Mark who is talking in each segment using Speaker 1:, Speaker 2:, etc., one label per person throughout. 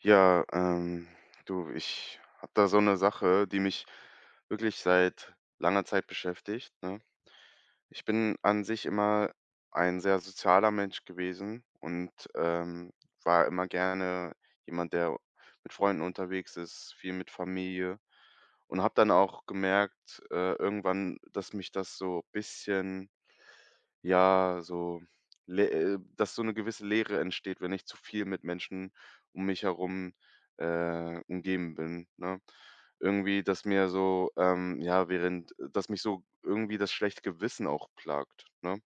Speaker 1: Ja, du, ich habe da so eine Sache, die mich wirklich seit langer Zeit beschäftigt, ne? Ich bin an sich immer ein sehr sozialer Mensch gewesen und, war immer gerne jemand, der mit Freunden unterwegs ist, viel mit Familie und habe dann auch gemerkt, irgendwann, dass mich das so ein bisschen ja, so, lä dass so eine gewisse Leere entsteht, wenn ich zu viel mit Menschen um mich herum, umgeben bin, ne? Irgendwie, dass mir so, ja, während dass mich so irgendwie das schlechte Gewissen auch plagt, ne?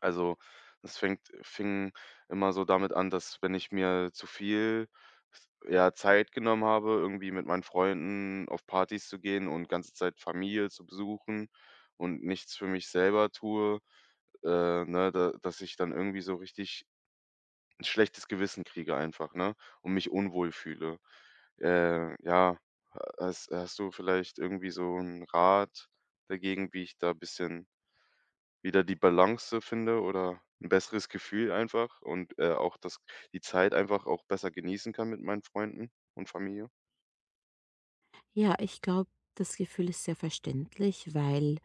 Speaker 1: Also, das fängt fing immer so damit an, dass wenn ich mir zu viel, ja, Zeit genommen habe, irgendwie mit meinen Freunden auf Partys zu gehen und ganze Zeit Familie zu besuchen und nichts für mich selber tue ne, da dass ich dann irgendwie so richtig ein schlechtes Gewissen kriege einfach, ne, und mich unwohl fühle. Ja, hast du vielleicht irgendwie so einen Rat dagegen, wie ich da ein bisschen wieder die Balance finde oder ein besseres Gefühl einfach und, auch das die Zeit einfach auch besser genießen kann mit meinen Freunden und Familie?
Speaker 2: Ja, ich glaube, das Gefühl ist sehr verständlich, weil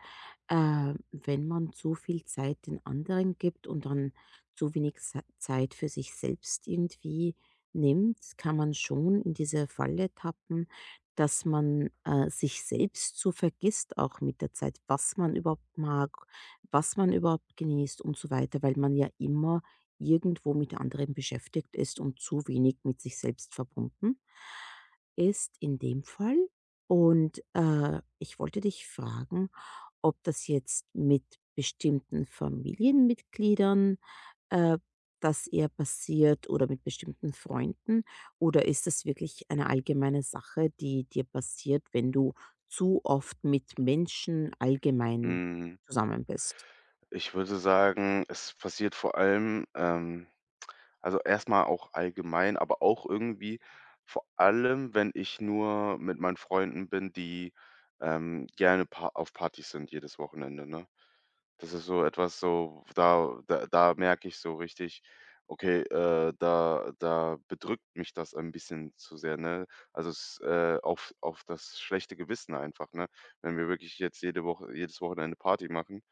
Speaker 2: wenn man zu viel Zeit den anderen gibt und dann zu wenig Zeit für sich selbst irgendwie nimmt, kann man schon in diese Falle tappen, dass man sich selbst so vergisst, auch mit der Zeit, was man überhaupt mag, was man überhaupt genießt und so weiter, weil man ja immer irgendwo mit anderen beschäftigt ist und zu wenig mit sich selbst verbunden ist in dem Fall. Und, ich wollte dich fragen, ob das jetzt mit bestimmten Familienmitgliedern, äh, das eher passiert oder mit bestimmten Freunden oder ist das wirklich eine allgemeine Sache, die dir passiert, wenn du zu oft mit Menschen allgemein
Speaker 1: Hm,
Speaker 2: zusammen bist?
Speaker 1: ich würde sagen, es passiert vor allem, also, erstmal auch allgemein, aber auch irgendwie vor allem, wenn ich nur mit meinen Freunden bin, die, gerne pa auf Partys sind jedes Wochenende, ne? Das ist so etwas so, da merke ich so richtig, okay, da bedrückt mich das ein bisschen zu sehr, ne? Also, es, auf das schlechte Gewissen einfach, ne? Wenn wir wirklich jetzt jede Woche jedes Wochenende Party machen,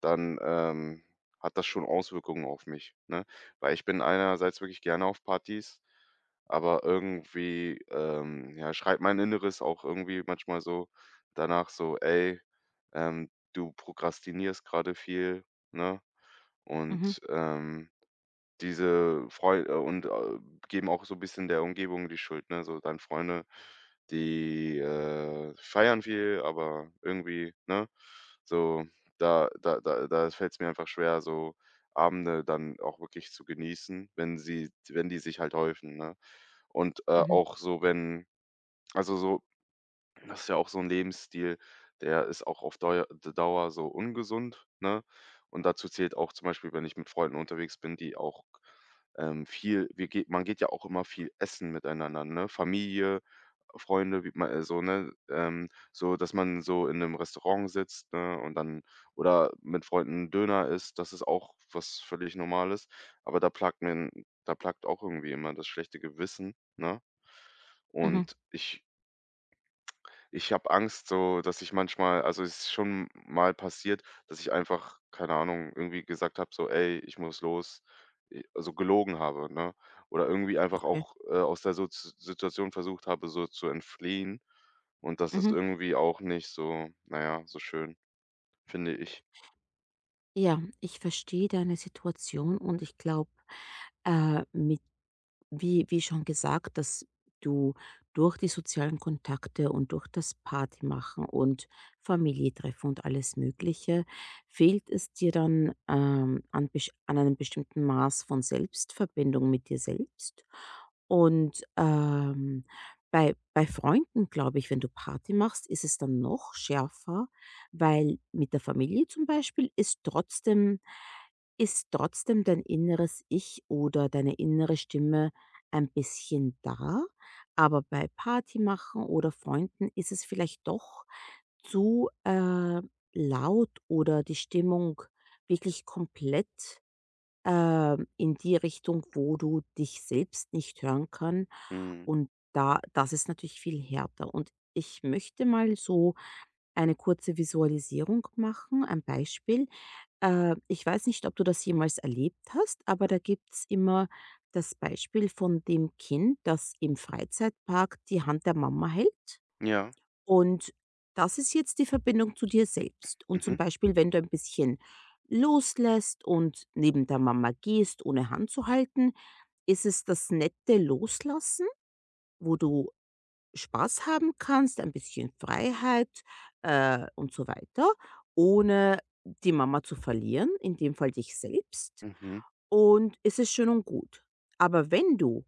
Speaker 1: dann, hat das schon Auswirkungen auf mich, ne? Weil ich bin einerseits wirklich gerne auf Partys, aber irgendwie, ja, schreit mein Inneres auch irgendwie manchmal so danach so: „Ey, du prokrastinierst gerade viel, ne?“
Speaker 2: Mhm,
Speaker 1: Und, diese Freu und, geben auch so 'n bisschen der Umgebung die Schuld, ne? So dann Freunde, die, feiern viel, aber irgendwie, ne? So, da fällt's mir einfach schwer, so Abende dann auch wirklich zu genießen, wenn die sich halt häufen, ne? Und,
Speaker 2: mhm,
Speaker 1: auch so, wenn also so das ist ja auch so 'n Lebensstil, der ist auch auf Deu Dauer so ungesund, ne? Und dazu zählt auch zum Beispiel, wenn ich mit Freunden unterwegs bin, die auch, viel wir ge man geht ja auch immer viel essen miteinander, ne? Familie, Freunde, wie man so, ne? So, dass man so in 'nem Restaurant sitzt, ne, und dann oder mit Freunden Döner isst, das ist auch was völlig Normales. Aber da plagt auch irgendwie immer das schlechte Gewissen, ne?
Speaker 2: mhm,
Speaker 1: Und ich habe Angst so, dass ich manchmal also, es ist schon mal passiert, dass ich einfach, keine Ahnung, irgendwie gesagt habe so: „Ey, ich muss los.“ also, gelogen habe, ne? Oder irgendwie einfach
Speaker 2: okay,
Speaker 1: auch, aus der Soz Situation versucht habe, so zu entfliehen. Und das ist
Speaker 2: mhm.
Speaker 1: irgendwie auch nicht so, naja, so schön, finde ich.
Speaker 2: Ja, ich verstehe deine Situation und ich glaube, mit wie schon gesagt, dass du durch die sozialen Kontakte und durch das Partymachen und Familientreffen und alles Mögliche, fehlt es dir dann, an besch an einem bestimmten Maß von Selbstverbindung mit dir selbst. Und, bei Freunden, glaube ich, wenn du Party machst, ist es dann noch schärfer, weil mit der Familie zum Beispiel ist trotzdem dein inneres Ich oder deine innere Stimme ein bisschen da, aber bei Party machen oder Freunden ist es vielleicht doch zu, laut oder die Stimmung wirklich komplett, in die Richtung, wo du dich selbst nicht hören kann,
Speaker 1: Mhm.
Speaker 2: und da, das ist natürlich viel härter, und ich möchte mal so eine kurze Visualisierung machen, ein Beispiel. Ich weiß nicht, ob du das jemals erlebt hast, aber da gibt's immer das Beispiel von dem Kind, das im Freizeitpark die Hand der Mama hält.
Speaker 1: Ja.
Speaker 2: Und das ist jetzt die Verbindung zu dir selbst. Und
Speaker 1: Mhm.
Speaker 2: zum Beispiel, wenn du ein bisschen loslässt und neben der Mama gehst, ohne Hand zu halten, ist es das nette Loslassen, wo du Spaß haben kannst, ein bisschen Freiheit, und so weiter, ohne die Mama zu verlieren, in dem Fall dich selbst.
Speaker 1: Mhm.
Speaker 2: Und es ist schön und gut. Aber wenn du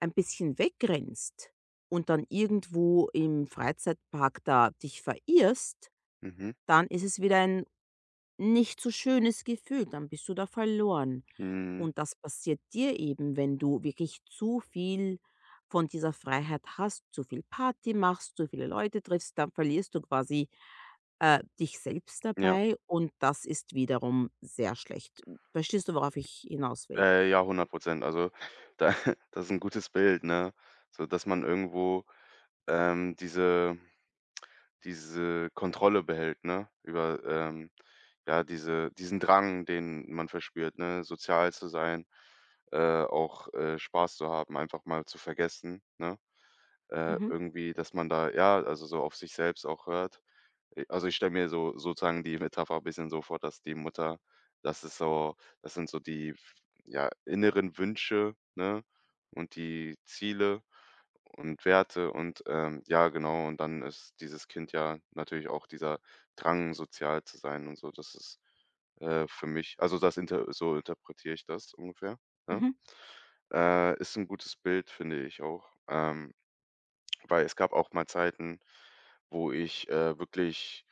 Speaker 2: ein bisschen wegrennst und dann irgendwo im Freizeitpark da dich verirrst,
Speaker 1: Mhm.
Speaker 2: dann ist es wieder ein nicht so schönes Gefühl, dann bist du da verloren.
Speaker 1: Mhm.
Speaker 2: Und das passiert dir eben, wenn du wirklich zu viel von dieser Freiheit hast, zu viel Party machst, zu viele Leute triffst, dann verlierst du quasi, dich selbst
Speaker 1: Ja.
Speaker 2: dabei, und das ist wiederum sehr schlecht. Verstehst du, worauf ich hinaus will?
Speaker 1: Ja, 100. Also, da das ist ein gutes Bild, ne? So, dass man irgendwo, ähm, diese diese Kontrolle behält, ne? Über, ja, diesen Drang, den man verspürt, ne? Sozial zu sein, auch, Spaß zu haben, einfach mal zu vergessen, ne?
Speaker 2: Mhm,
Speaker 1: Irgendwie, dass man da ja, also so auf sich selbst auch hört. Also, ich stelle mir so sozusagen die Metapher ein bisschen so vor, dass die Mutter das ist so das sind so die ja, inneren Wünsche, ne, und die Ziele und Werte und, ja, genau, und dann ist dieses Kind ja natürlich auch dieser Drang, sozial zu sein und so. Das ist, für mich also, das interpretiere ich das ungefähr, ne?
Speaker 2: mhm,
Speaker 1: Ist ein gutes Bild, finde ich auch. Weil es gab auch mal Zeiten, wo ich, wirklich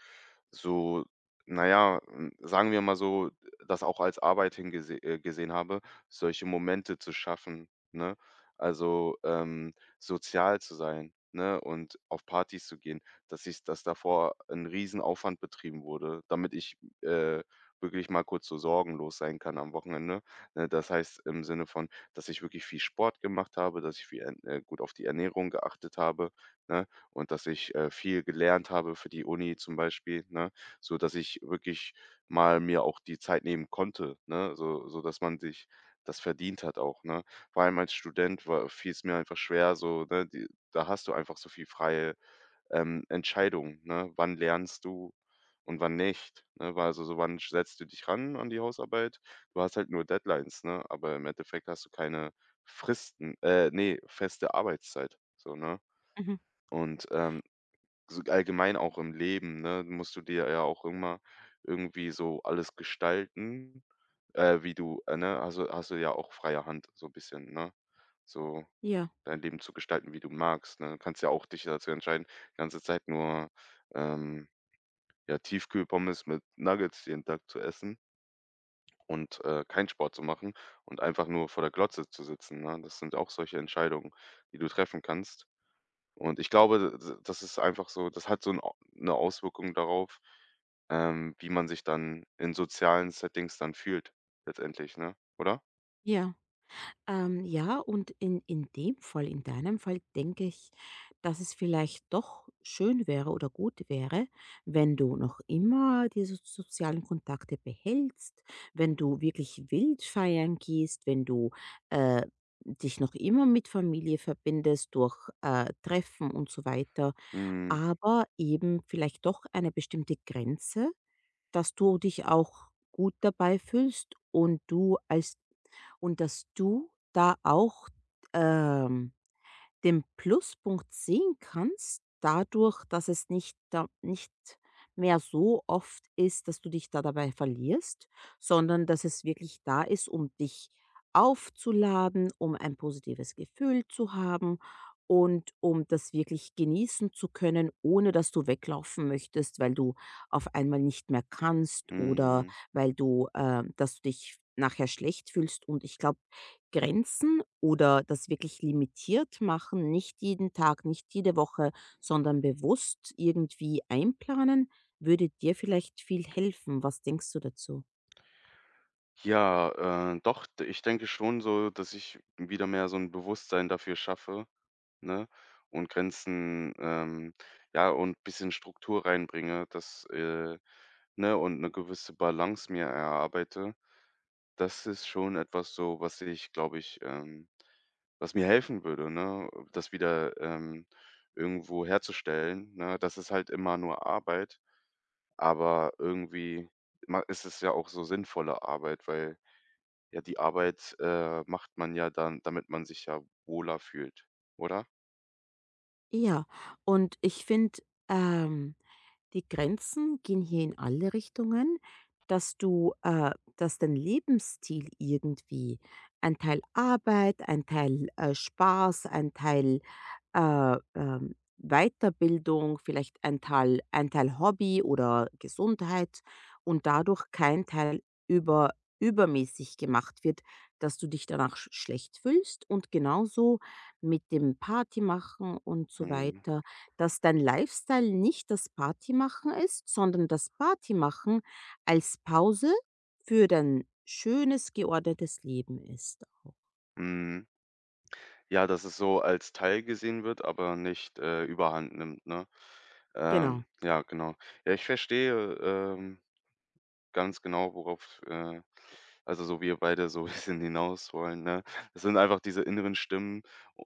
Speaker 1: so naja, ja, hm, sagen wir mal so, das auch als Arbeit hingese gesehen habe, solche Momente zu schaffen, ne? Also, sozial zu sein, ne, und auf Partys zu gehen, dass davor ein Riesenaufwand betrieben wurde, damit ich, äh, wirklich mal kurz so sorgenlos sein kann am Wochenende, ne? Das heißt, im Sinne von dass ich wirklich viel Sport gemacht habe, dass ich viel, gut auf die Ernährung geachtet habe, ne? Und dass ich viel gelernt habe für die Uni zum Beispiel, ne? So dass ich wirklich mal mir auch die Zeit nehmen konnte, ne? So, so dass man sich das verdient hat auch, ne? Vor allem als Student war, fiel es mir einfach schwer, so, ne? Die, da hast du einfach so viel freie Entscheidung, ne? Wann lernst du und wann nicht, ne? Weil also so wann setzt du dich ran an die Hausarbeit? Du hast halt nur Deadlines, ne? Aber im Endeffekt hast du keine Fristen, ne, feste Arbeitszeit, so, ne?
Speaker 2: mhm.
Speaker 1: Und, so allgemein auch im Leben, ne, musst du dir ja auch immer irgendwie so alles gestalten, wie du, ne also hast du ja auch freie Hand so ein bisschen, ne? So
Speaker 2: Ja,
Speaker 1: dein Leben zu gestalten, wie du magst, ne? Du kannst ja auch dich dazu entscheiden, die ganze Zeit nur, ähm, ja, Tiefkühlpommes mit Nuggets jeden Tag zu essen und, keinen Sport zu machen und einfach nur vor der Glotze zu sitzen, ne? Das sind auch solche Entscheidungen, die du treffen kannst. Und ich glaube, d d das ist einfach so das hat so 'n Au 'ne Auswirkung darauf, wie man sich dann in sozialen Settings dann fühlt letztendlich, ne, oder?
Speaker 2: ja. Ja, und in dem Fall, in deinem Fall, denke ich, dass es vielleicht doch schön wäre oder gut wäre, wenn du noch immer diese sozialen Kontakte behältst, wenn du wirklich wild feiern gehst, wenn du äh, dich noch immer mit Familie verbindest durch Treffen und so weiter,
Speaker 1: Mhm,
Speaker 2: aber eben vielleicht doch eine bestimmte Grenze, dass du dich auch gut dabei fühlst und du als und dass du da auch, ähm, den Pluspunkt sehen kannst, dadurch, dass es nicht mehr so oft ist, dass du dich da dabei verlierst, sondern dass es wirklich da ist, um dich aufzuladen, um ein positives Gefühl zu haben und um das wirklich genießen zu können, ohne dass du weglaufen möchtest, weil du auf einmal nicht mehr kannst oder
Speaker 1: mhm.
Speaker 2: weil du, dass du dich nachher schlecht fühlst. Und ich glaube, Grenzen oder das wirklich limitiert machen, nicht jeden Tag, nicht jede Woche, sondern bewusst irgendwie einplanen, würde dir vielleicht viel helfen. Was denkst du dazu?
Speaker 1: Ja, doch, d ich denke schon so, dass ich wieder mehr so ein Bewusstsein dafür schaffe, ne, und Grenzen, ja, und ein bisschen Struktur reinbringe, dass, ne, und eine gewisse Balance mir erarbeite. Das ist schon etwas so, was ich, glaube ich, was mir helfen würde, ne, das wieder, irgendwo herzustellen, ne? Das ist halt immer nur Arbeit, aber irgendwie ma ist es ja auch so sinnvolle Arbeit, weil ja, die Arbeit, macht man ja dann, damit man sich ja wohler fühlt, oder?
Speaker 2: Ja, und ich finde, ähm die Grenzen gehen hier in alle Richtungen, dass du, dass dein Lebensstil irgendwie ein Teil Arbeit, ein Teil, Spaß, ein Teil, Weiterbildung, vielleicht ein Teil Hobby oder Gesundheit und dadurch kein Teil übermäßig gemacht wird, dass du dich danach schlecht fühlst, und genauso mit dem Party machen und so
Speaker 1: Mhm.
Speaker 2: weiter, dass dein Lifestyle nicht das Partymachen ist, sondern das Partymachen als Pause für dein schönes, geordnetes Leben ist.
Speaker 1: Mhm. Ja, dass es so als Teil gesehen wird, aber nicht, überhand nimmt, ne?
Speaker 2: Genau.
Speaker 1: Ja, genau. Ja, ich verstehe, ähm ganz genau, worauf, also, so wir beide so ein bisschen hinaus wollen, ne? Es sind einfach diese inneren Stimmen,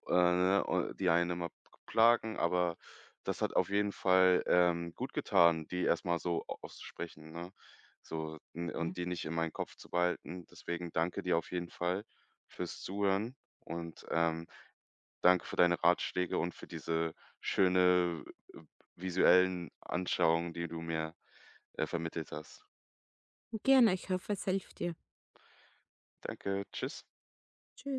Speaker 1: ne, o die einen immer plagen, aber das hat auf jeden Fall, gut getan, die erstmal so au auszusprechen, ne? So, n
Speaker 2: Mhm.
Speaker 1: und die nicht in meinen Kopf zu behalten. Deswegen danke dir auf jeden Fall fürs Zuhören und, danke für deine Ratschläge und für diese schöne, äh, visuellen Anschauungen, die du mir, vermittelt hast.
Speaker 2: Gerne, ich hoffe, es hilft dir.
Speaker 1: Danke, tschüss.
Speaker 2: Tschüss.